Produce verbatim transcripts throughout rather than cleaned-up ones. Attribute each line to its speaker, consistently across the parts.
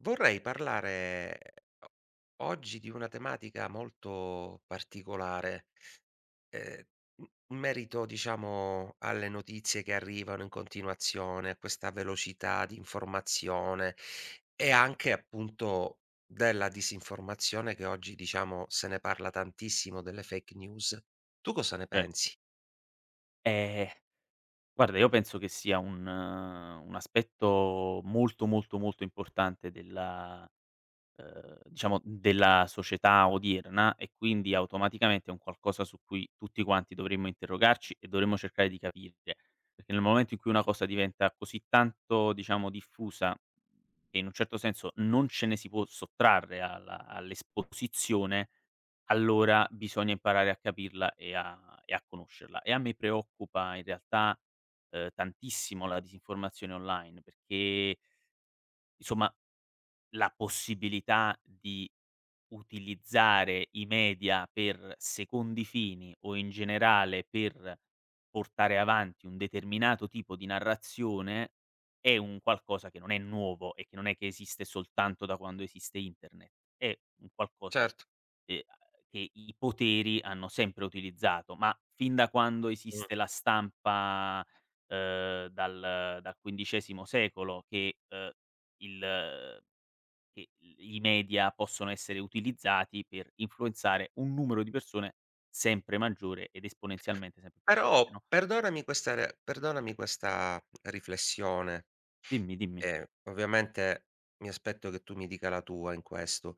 Speaker 1: Vorrei parlare o oggi di una tematica molto particolare, ehm, in in merito diciamo alle notizie che arrivano in continuazione, a questa velocità di informazione e anche appunto della disinformazione che oggi diciamo se ne parla tantissimo delle fake news. Tu cosa ne
Speaker 2: Certo.
Speaker 1: pensi?
Speaker 2: Ehm, guarda io penso che sia un eh, un aspetto molto, molto, molto importante della ehm, diciamo della società odierna e quindi automaticamente è un qualcosa su cui tutti quanti dovremmo interrogarci e dovremmo cercare di capire, perché nel momento in cui una cosa diventa così tanto, diciamo, diffusa e in un certo senso non ce ne si può sottrarre alla all'esposizione, allora bisogna imparare a capirla e a e a conoscerla. E a me preoccupa in realtà, ehm, tantissimo la disinformazione online perché, insomma la possibilità di utilizzare i media per secondi fini o in generale per portare avanti un determinato tipo di narrazione è un qualcosa che non è nuovo e che non è che esiste soltanto da quando esiste internet. È un qualcosa,
Speaker 1: Certo.
Speaker 2: ehm, che i poteri hanno sempre utilizzato, ma fin da quando
Speaker 1: Mh.
Speaker 2: esiste la stampa, ehm, dal dal quindicesimo secolo che, ehm, il che i media possono essere utilizzati per influenzare un numero di persone sempre maggiore ed esponenzialmente sempre più grande,
Speaker 1: Però
Speaker 2: no.
Speaker 1: perdonami questa re perdonami questa riflessione.
Speaker 2: Dimmi, dimmi.
Speaker 1: Ehm, ovviamente mi aspetto che tu mi dica la tua in questo.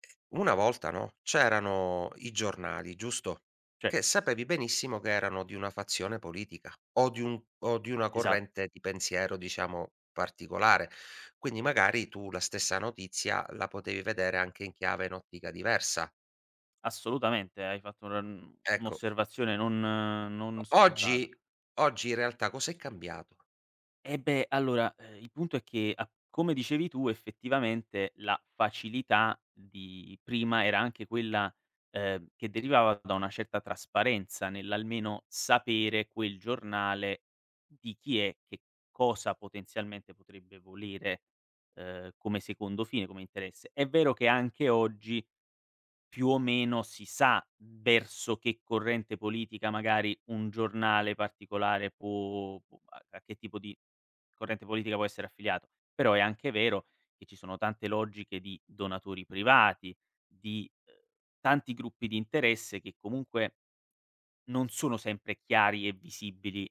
Speaker 1: Ehm, una volta, no, c'erano i giornali, giusto?
Speaker 2: Cer
Speaker 1: Che sapevi benissimo che erano di una fazione politica o di un o di una
Speaker 2: esatto,
Speaker 1: corrente di pensiero, diciamo, particolare. Quindi magari tu la stessa notizia la potevi vedere anche in chiave in ottica diversa.
Speaker 2: assolutamente, hai fatto una mhmm,
Speaker 1: Ecco,
Speaker 2: un'osservazione non non
Speaker 1: o
Speaker 2: scontata.
Speaker 1: oggi oggi in realtà cos'è cambiato?
Speaker 2: Eh beh, allora, ehm, il punto è che a come dicevi tu effettivamente la facilità di prima era anche quella, ehm, che derivava da una certa trasparenza nell'almeno sapere quel giornale di chi è, che cosa potenzialmente potrebbe volere, ehm, come secondo fine, come interesse. È vero che anche oggi più o meno si sa verso che corrente politica magari un giornale particolare può può a a che tipo di corrente politica può essere affiliato. Però è anche vero che ci sono tante logiche di donatori privati, di, uhm, tanti gruppi di interesse che comunque non sono sempre chiari e visibili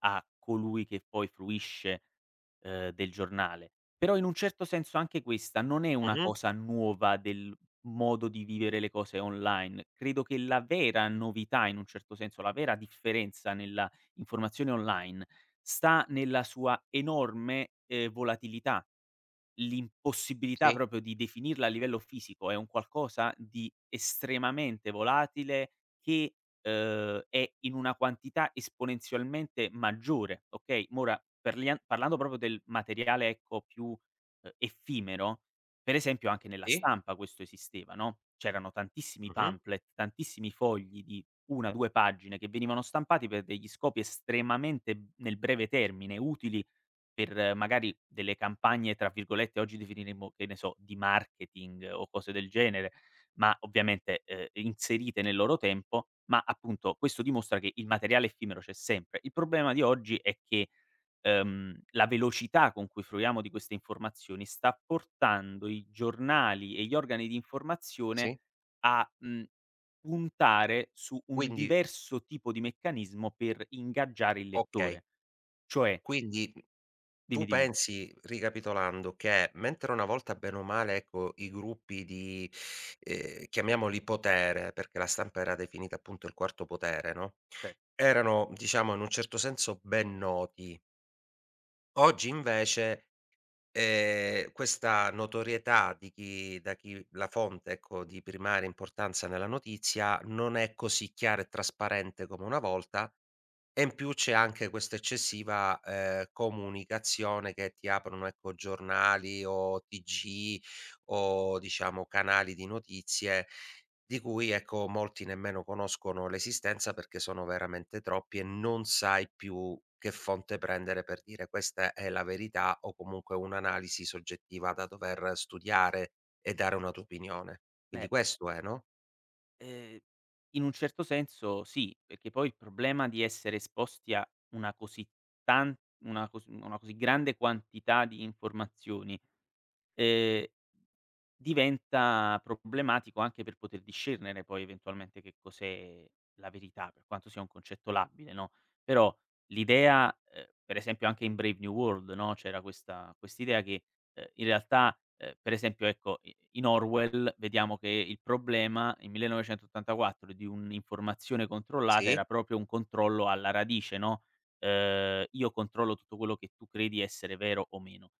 Speaker 2: a colui che poi fruisce, ehm, del giornale. Però in un certo senso anche questa non è una
Speaker 1: Mh-mh,
Speaker 2: cosa nuova del modo di vivere le cose online. Credo che la vera novità, in un certo senso, la vera differenza nella informazione online sta nella sua enorme, ehm, volatilità. L'impossibilità
Speaker 1: sì,
Speaker 2: proprio di definirla a livello fisico è un qualcosa di estremamente volatile che, uhm, è in una quantità esponenzialmente maggiore, okay, ma ora perlia parlando proprio del materiale, ecco, più, uhm, effimero, per esempio anche nella
Speaker 1: sì,
Speaker 2: stampa questo esisteva, no, c'erano tantissimi
Speaker 1: mh-mh,
Speaker 2: pamphlet, tantissimi fogli di una, due pagine che venivano stampati per degli scopi estremamente nel breve termine, utili per magari delle campagne, tra virgolette, oggi definiremmo, che ne so, di marketing o cose del genere, ma ovviamente, ehm, inserite nel loro tempo, ma appunto questo dimostra che il materiale effimero c'è sempre. Il problema di oggi è che, ehm, la velocità con cui fruiamo di queste informazioni sta portando i giornali e gli organi di informazione
Speaker 1: sì.
Speaker 2: a, mhmm, puntare su un
Speaker 1: Quindi
Speaker 2: diverso tipo di meccanismo per ingaggiare il
Speaker 1: okay,
Speaker 2: lettore. Cioè
Speaker 1: quindi tu
Speaker 2: dimmi, dimmi.
Speaker 1: pensi, ricapitolando, che mentre una volta bene o male, ecco, i gruppi di, ehm, chiamiamoli potere, perché la stampa era definita appunto il quarto potere, no,
Speaker 2: Sì.
Speaker 1: erano diciamo in un certo senso ben noti. Oggi invece, ehm, questa notorietà di chi da chi la fonte, ecco, di primaria importanza nella notizia non è così chiara e trasparente come una volta e in più c'è anche questa eccessiva, ehm, comunicazione che ti aprono, ecco, giornali o T G o diciamo canali di notizie di cui, ecco, molti nemmeno conoscono l'esistenza perché sono veramente troppi e non sai più che fonte prendere per dire: "Questa è la verità", o comunque un'analisi soggettiva da dover studiare e dare una tua opinione.
Speaker 2: Beh,
Speaker 1: Quindi questo è, no?
Speaker 2: ehm, in un certo senso sì, perché poi il problema di essere esposti a una così tan una cos una così grande quantità di informazioni ehm, diventa problematico anche per poter discernere poi eventualmente che cos'è la verità, per quanto sia un concetto labile, no, però l'idea ehm, per esempio anche in Brave New World, no, c'era questa quest'idea che, ehm, in realtà, ehm, per esempio ecco, i in Orwell vediamo che il problema in millenovecentottantaquattro di un'informazione controllata era
Speaker 1: Sì.
Speaker 2: proprio un controllo alla radice, no, ehm, io controllo tutto quello che tu credi essere vero o meno.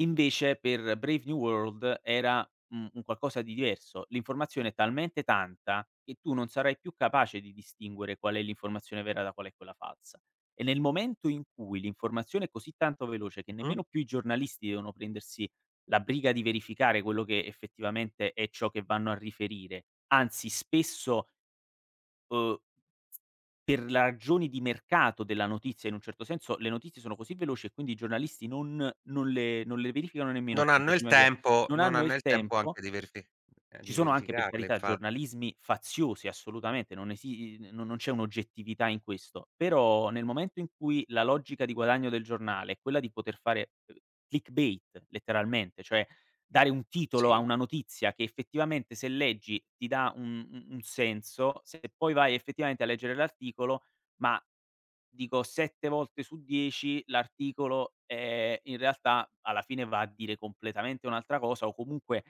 Speaker 2: Invece per Brave New World era, mhmm, un qualcosa di diverso. L'informazione è talmente tanta che tu non sarai più capace di distinguere qual è l'informazione vera da qual è quella falsa. E nel momento in cui l'informazione è così tanto veloce che
Speaker 1: Mh-mh.
Speaker 2: nemmeno più i giornalisti devono prendersi la briga di verificare quello che effettivamente è ciò che vanno a riferire, anzi spesso Uhm, per la ragioni di mercato della notizia in un certo senso, le notizie sono così veloci e quindi i giornalisti non non le non le verificano nemmeno
Speaker 1: Non
Speaker 2: appunto
Speaker 1: hanno il
Speaker 2: prima di
Speaker 1: tempo
Speaker 2: non
Speaker 1: non
Speaker 2: hanno
Speaker 1: hanno
Speaker 2: il
Speaker 1: il tempo
Speaker 2: tempo
Speaker 1: anche di verifi ehm,
Speaker 2: ci
Speaker 1: di
Speaker 2: sono anche, per
Speaker 1: verificarle
Speaker 2: carità,
Speaker 1: infatti.
Speaker 2: giornalismi faziosi, assolutamente, non esi i non non c'è un'oggettività in questo, però nel momento in cui la logica di guadagno del giornale è quella di poter fare, uhm, clickbait letteralmente, cioè dare un titolo a
Speaker 1: Sì,
Speaker 2: una notizia che effettivamente se leggi ti dà un un un senso, se poi vai effettivamente a leggere l'articolo, ma dico sette volte su dieci l'articolo, ehm, in realtà alla fine va a dire completamente un'altra cosa o comunque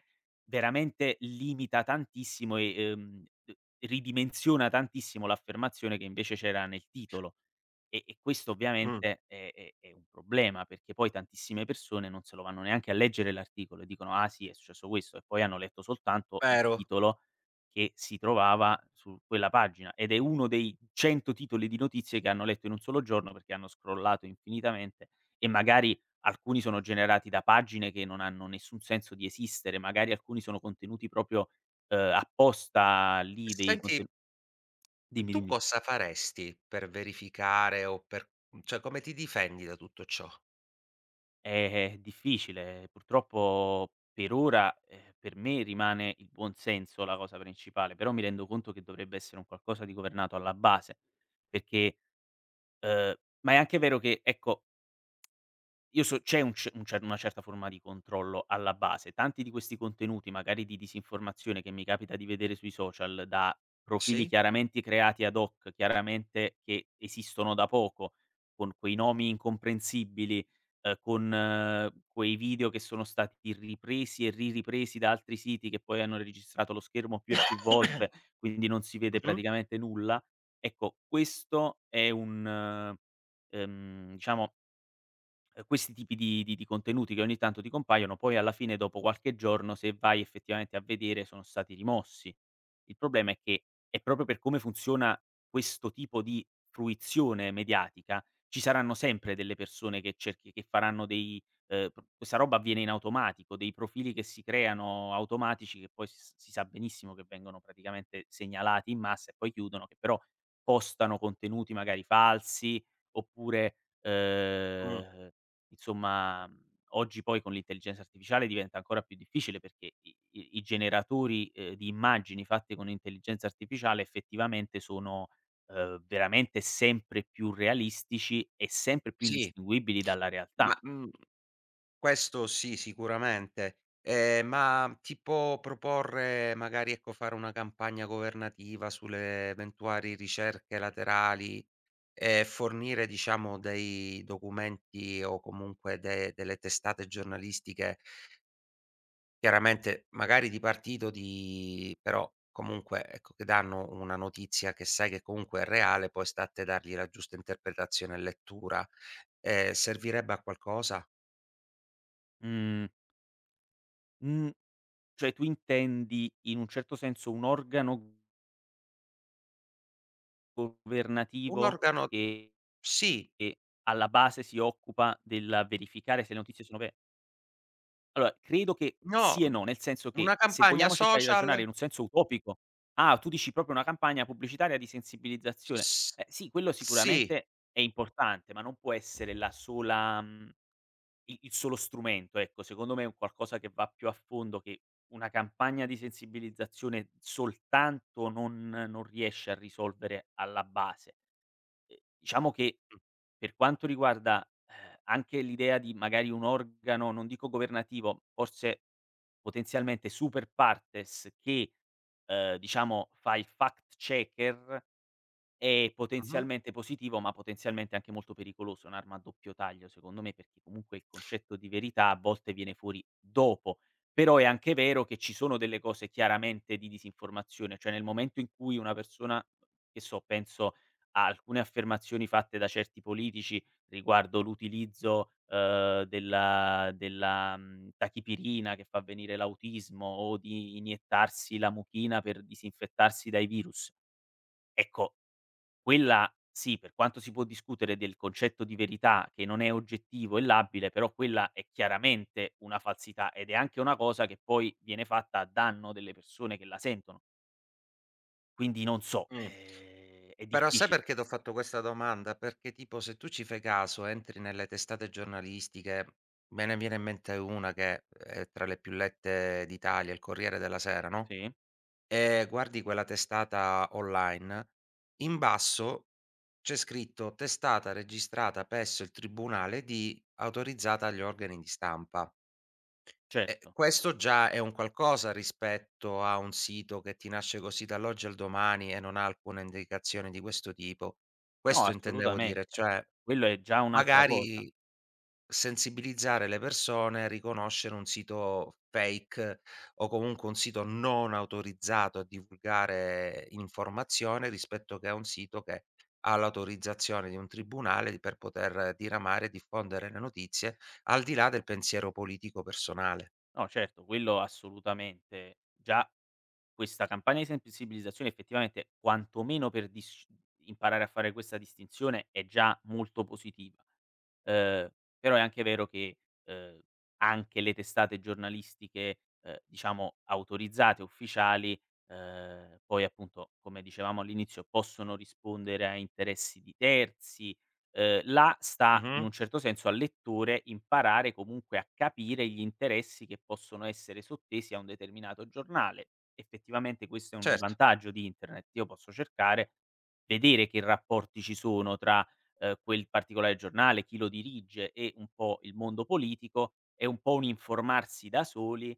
Speaker 2: Veramente limita tantissimo e, ehm, ridimensiona tantissimo l'affermazione che invece c'era nel titolo. E e questo
Speaker 1: mh,
Speaker 2: ovviamente è è è un problema, perché poi tantissime persone non se lo vanno neanche a leggere l'articolo e dicono: "Ah sì, è successo questo" e poi hanno letto soltanto il
Speaker 1: vero.
Speaker 2: titolo che si trovava su quella pagina ed è uno dei cento titoli di notizie che hanno letto in un solo giorno perché hanno scrollato infinitamente e magari alcuni sono generati da pagine che non hanno nessun senso di esistere, magari alcuni sono contenuti proprio, ehm, apposta lì dei
Speaker 1: Senti,
Speaker 2: conten dimmi,
Speaker 1: tu
Speaker 2: dimmi.
Speaker 1: cosa faresti per verificare o per mhmm, cioè come ti difendi da tutto ciò?
Speaker 2: È difficile, purtroppo per ora, ehm, per me rimane il buon senso la cosa principale, però mi rendo conto che dovrebbe essere un qualcosa di governato alla base, perché, uhm ma è anche vero che, ecco io so c'è un c un cer una certa forma di controllo alla base. Tanti di questi contenuti, magari di disinformazione, che mi capita di vedere sui social, da profili
Speaker 1: Sì?
Speaker 2: chiaramente creati ad hoc, chiaramente che esistono da poco, con quei nomi incomprensibili, ehm, con eh, quei video che sono stati ripresi e riripresi da altri siti che poi hanno registrato lo schermo più e più volte, quindi non si vede
Speaker 1: Mh-mh.
Speaker 2: praticamente nulla. Ecco, questo è un, eh, ehm, diciamo ehm, questi tipi di di di contenuti che ogni tanto ti compaiono, poi alla fine dopo qualche giorno, se vai effettivamente a vedere, sono stati rimossi. Il problema è che è proprio per come funziona questo tipo di fruizione mediatica, ci saranno sempre delle persone che cerchi che faranno dei ehm, p questa roba avviene in automatico, dei profili che si creano automatici che poi s si sa benissimo che vengono praticamente segnalati in massa e poi chiudono, che però postano contenuti magari falsi oppure,
Speaker 1: Mh,
Speaker 2: ehm Insomma, mhmm, oggi poi con l'intelligenza artificiale diventa ancora più difficile perché i i i generatori, ehm, di immagini fatte con intelligenza artificiale effettivamente sono, ehm, veramente sempre più realistici e sempre più
Speaker 1: sì.
Speaker 2: indistinguibili dalla realtà.
Speaker 1: Ma, mhmm, questo sì, sicuramente. Ehm, ma tipo proporre magari, ecco, fare una campagna governativa sulle eventuali ricerche laterali. Ehm, fornire diciamo dei documenti o comunque de delle testate giornalistiche, chiaramente magari di partito di però comunque ecco, che danno una notizia che sai che comunque è reale, poi sta a te dargli la giusta interpretazione e lettura. Ehm, servirebbe a qualcosa?
Speaker 2: Mhmm, mhmm, cioè tu intendi in un certo senso un organo
Speaker 1: Un
Speaker 2: governativo
Speaker 1: organo
Speaker 2: che
Speaker 1: sì,
Speaker 2: che alla base si occupa del verificare se le notizie sono ve Allora, credo che
Speaker 1: no,
Speaker 2: sì e no, nel senso che
Speaker 1: una
Speaker 2: se
Speaker 1: campagna
Speaker 2: vogliamo cercare di ragionare
Speaker 1: social
Speaker 2: in un senso utopico ah, tu dici proprio una campagna pubblicitaria di sensibilizzazione.
Speaker 1: s
Speaker 2: Eh, sì, quello
Speaker 1: sì.
Speaker 2: sicuramente è importante, ma non può essere la sola mhmm, il il solo strumento, ecco. Secondo me è un qualcosa che va più a fondo, che una campagna di sensibilizzazione soltanto non non riesce a risolvere alla base. Ehm, diciamo che per quanto riguarda, ehm, anche l'idea di magari un organo, non dico governativo, forse potenzialmente super partes che, ehm, diciamo fa il fact checker è
Speaker 1: Mh-mh.
Speaker 2: potenzialmente positivo, ma potenzialmente anche molto pericoloso, è un'arma a doppio taglio secondo me, perché comunque il concetto di verità a volte viene fuori dopo. Però è anche vero che ci sono delle cose chiaramente di disinformazione, cioè nel momento in cui una persona, che so, penso a alcune affermazioni fatte da certi politici riguardo l'utilizzo, ehm, della della, mhmm, tachipirina che fa venire l'autismo o di iniettarsi la muchina per disinfettarsi dai virus. Ecco, quella sì, per quanto si può discutere del concetto di verità che non è oggettivo e labile, però quella è chiaramente una falsità ed è anche una cosa che poi viene fatta a danno delle persone che la sentono. Quindi non so,
Speaker 1: Mh.
Speaker 2: ehm, è
Speaker 1: Però sai
Speaker 2: difficile
Speaker 1: perché t'ho fatto questa domanda? Perché tipo se tu ci fai caso, entri nelle testate giornalistiche, me ne viene in mente una che è tra le più lette d'Italia, il Corriere della Sera, no,
Speaker 2: sì,
Speaker 1: ehm, guardi quella testata online, in basso c'è scritto: "Testata registrata presso il tribunale di" autorizzata agli organi di stampa. Eh,
Speaker 2: certo.
Speaker 1: questo già è un qualcosa rispetto a un sito che ti nasce così dall'oggi al domani e non ha alcuna indicazione di questo tipo.
Speaker 2: No,
Speaker 1: Questo intendevo dire,
Speaker 2: assolutamente.
Speaker 1: cioè
Speaker 2: Quello è già un'altra cosa.
Speaker 1: magari sensibilizzare le persone, riconoscere un sito fake o comunque un sito non autorizzato a divulgare informazione rispetto che a un sito che ha l'autorizzazione di un tribunale per poter diramare e diffondere le notizie al di là del pensiero politico personale.
Speaker 2: No certo, quello assolutamente. Già Questa campagna di sensibilizzazione effettivamente, quantomeno per disc imparare a fare questa distinzione è già molto positiva. Ehm, però è anche vero che, ehm, anche le testate giornalistiche, ehm, diciamo autorizzate, ufficiali, ehm, poi appunto, come dicevamo all'inizio, possono rispondere a interessi di terzi. Ehm, là sta, in un certo senso, al lettore imparare comunque a capire gli interessi che possono essere sottesi a un determinato giornale. Effettivamente questo è un
Speaker 1: Certo.
Speaker 2: vantaggio di internet. Io posso cercare, vedere che rapporti ci sono tra, ehm, quel particolare giornale, chi lo dirige e un po' il mondo politico. È un po' un informarsi da soli,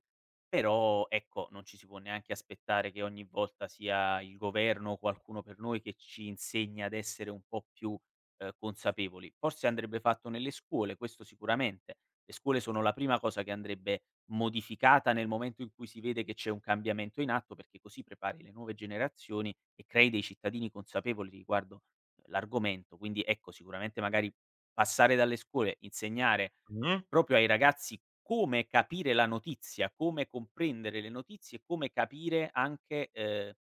Speaker 2: però ecco, non ci si può neanche aspettare che ogni volta sia il governo o qualcuno per noi che ci insegni ad essere un po' più, ehm, consapevoli. Forse andrebbe fatto nelle scuole, questo sicuramente, le scuole sono la prima cosa che andrebbe modificata nel momento in cui si vede che c'è un cambiamento in atto, perché così prepari le nuove generazioni e crei dei cittadini consapevoli riguardo eh, l'argomento. Quindi ecco, sicuramente magari passare dalle scuole, insegnare
Speaker 1: Mh.
Speaker 2: proprio ai ragazzi come capire la notizia, come comprendere le notizie e come capire anche, ehm,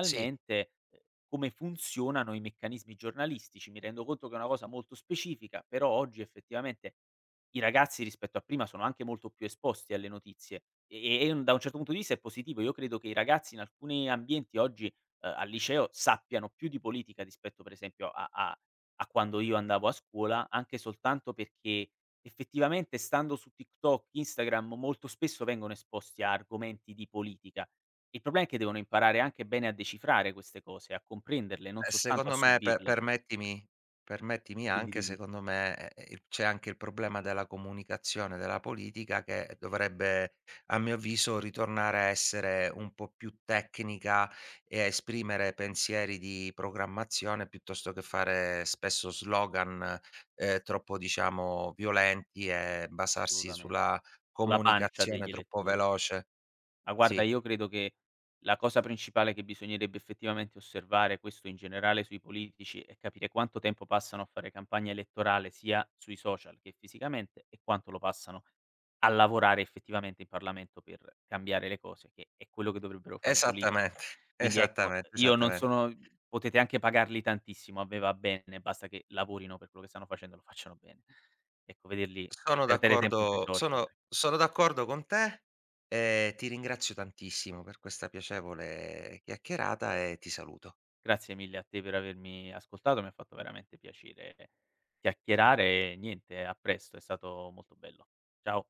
Speaker 1: Sì,
Speaker 2: ehm, come funzionano i meccanismi giornalistici. Mi rendo conto che è una cosa molto specifica, però oggi effettivamente i ragazzi rispetto a prima sono anche molto più esposti alle notizie e e e un da un certo punto di vista è positivo. Io credo che i ragazzi in alcuni ambienti oggi, ehm, al liceo sappiano più di politica rispetto per esempio a a a quando io andavo a scuola, anche soltanto perché effettivamente stando su TikTok, Instagram molto spesso vengono esposti a argomenti di politica. Il problema è che devono imparare anche bene a decifrare queste cose, a comprenderle, non
Speaker 1: e
Speaker 2: soltanto a
Speaker 1: secondo me per
Speaker 2: subirle.
Speaker 1: permettimi permettimi
Speaker 2: Dimmi,
Speaker 1: anche,
Speaker 2: dimmi.
Speaker 1: secondo me, ehm, il c'è anche il problema della comunicazione della politica che dovrebbe, a mio avviso, ritornare a essere un po' più tecnica e a esprimere pensieri di programmazione piuttosto che fare spesso slogan, ehm, troppo diciamo violenti e basarsi
Speaker 2: Assolutamente.
Speaker 1: sulla
Speaker 2: Sulla pancia
Speaker 1: comunicazione
Speaker 2: degli
Speaker 1: troppo
Speaker 2: elettori.
Speaker 1: veloce.
Speaker 2: Ma guarda,
Speaker 1: Sì,
Speaker 2: io credo che la cosa principale che bisognerebbe effettivamente osservare, questo in generale sui politici, è capire quanto tempo passano a fare campagna elettorale sia sui social che fisicamente e quanto lo passano a lavorare effettivamente in Parlamento per cambiare le cose, che è quello che dovrebbero fare i politici.
Speaker 1: esattamente,
Speaker 2: Quindi ecco,
Speaker 1: esattamente,
Speaker 2: io non
Speaker 1: esattamen.
Speaker 2: sono potete anche pagarli tantissimo, a me va bene, basta che lavorino per quello che stanno facendo, lo facciano bene. Ecco, vederli
Speaker 1: Sono
Speaker 2: perdere tempo sui
Speaker 1: d'accordo
Speaker 2: social
Speaker 1: sono sono d'accordo con te e ti ringrazio tantissimo per questa piacevole chiacchierata e ti saluto.
Speaker 2: Grazie mille a te per avermi ascoltato, mi ha fatto veramente piacere chiacchierare e niente, a presto, è stato molto bello. Ciao.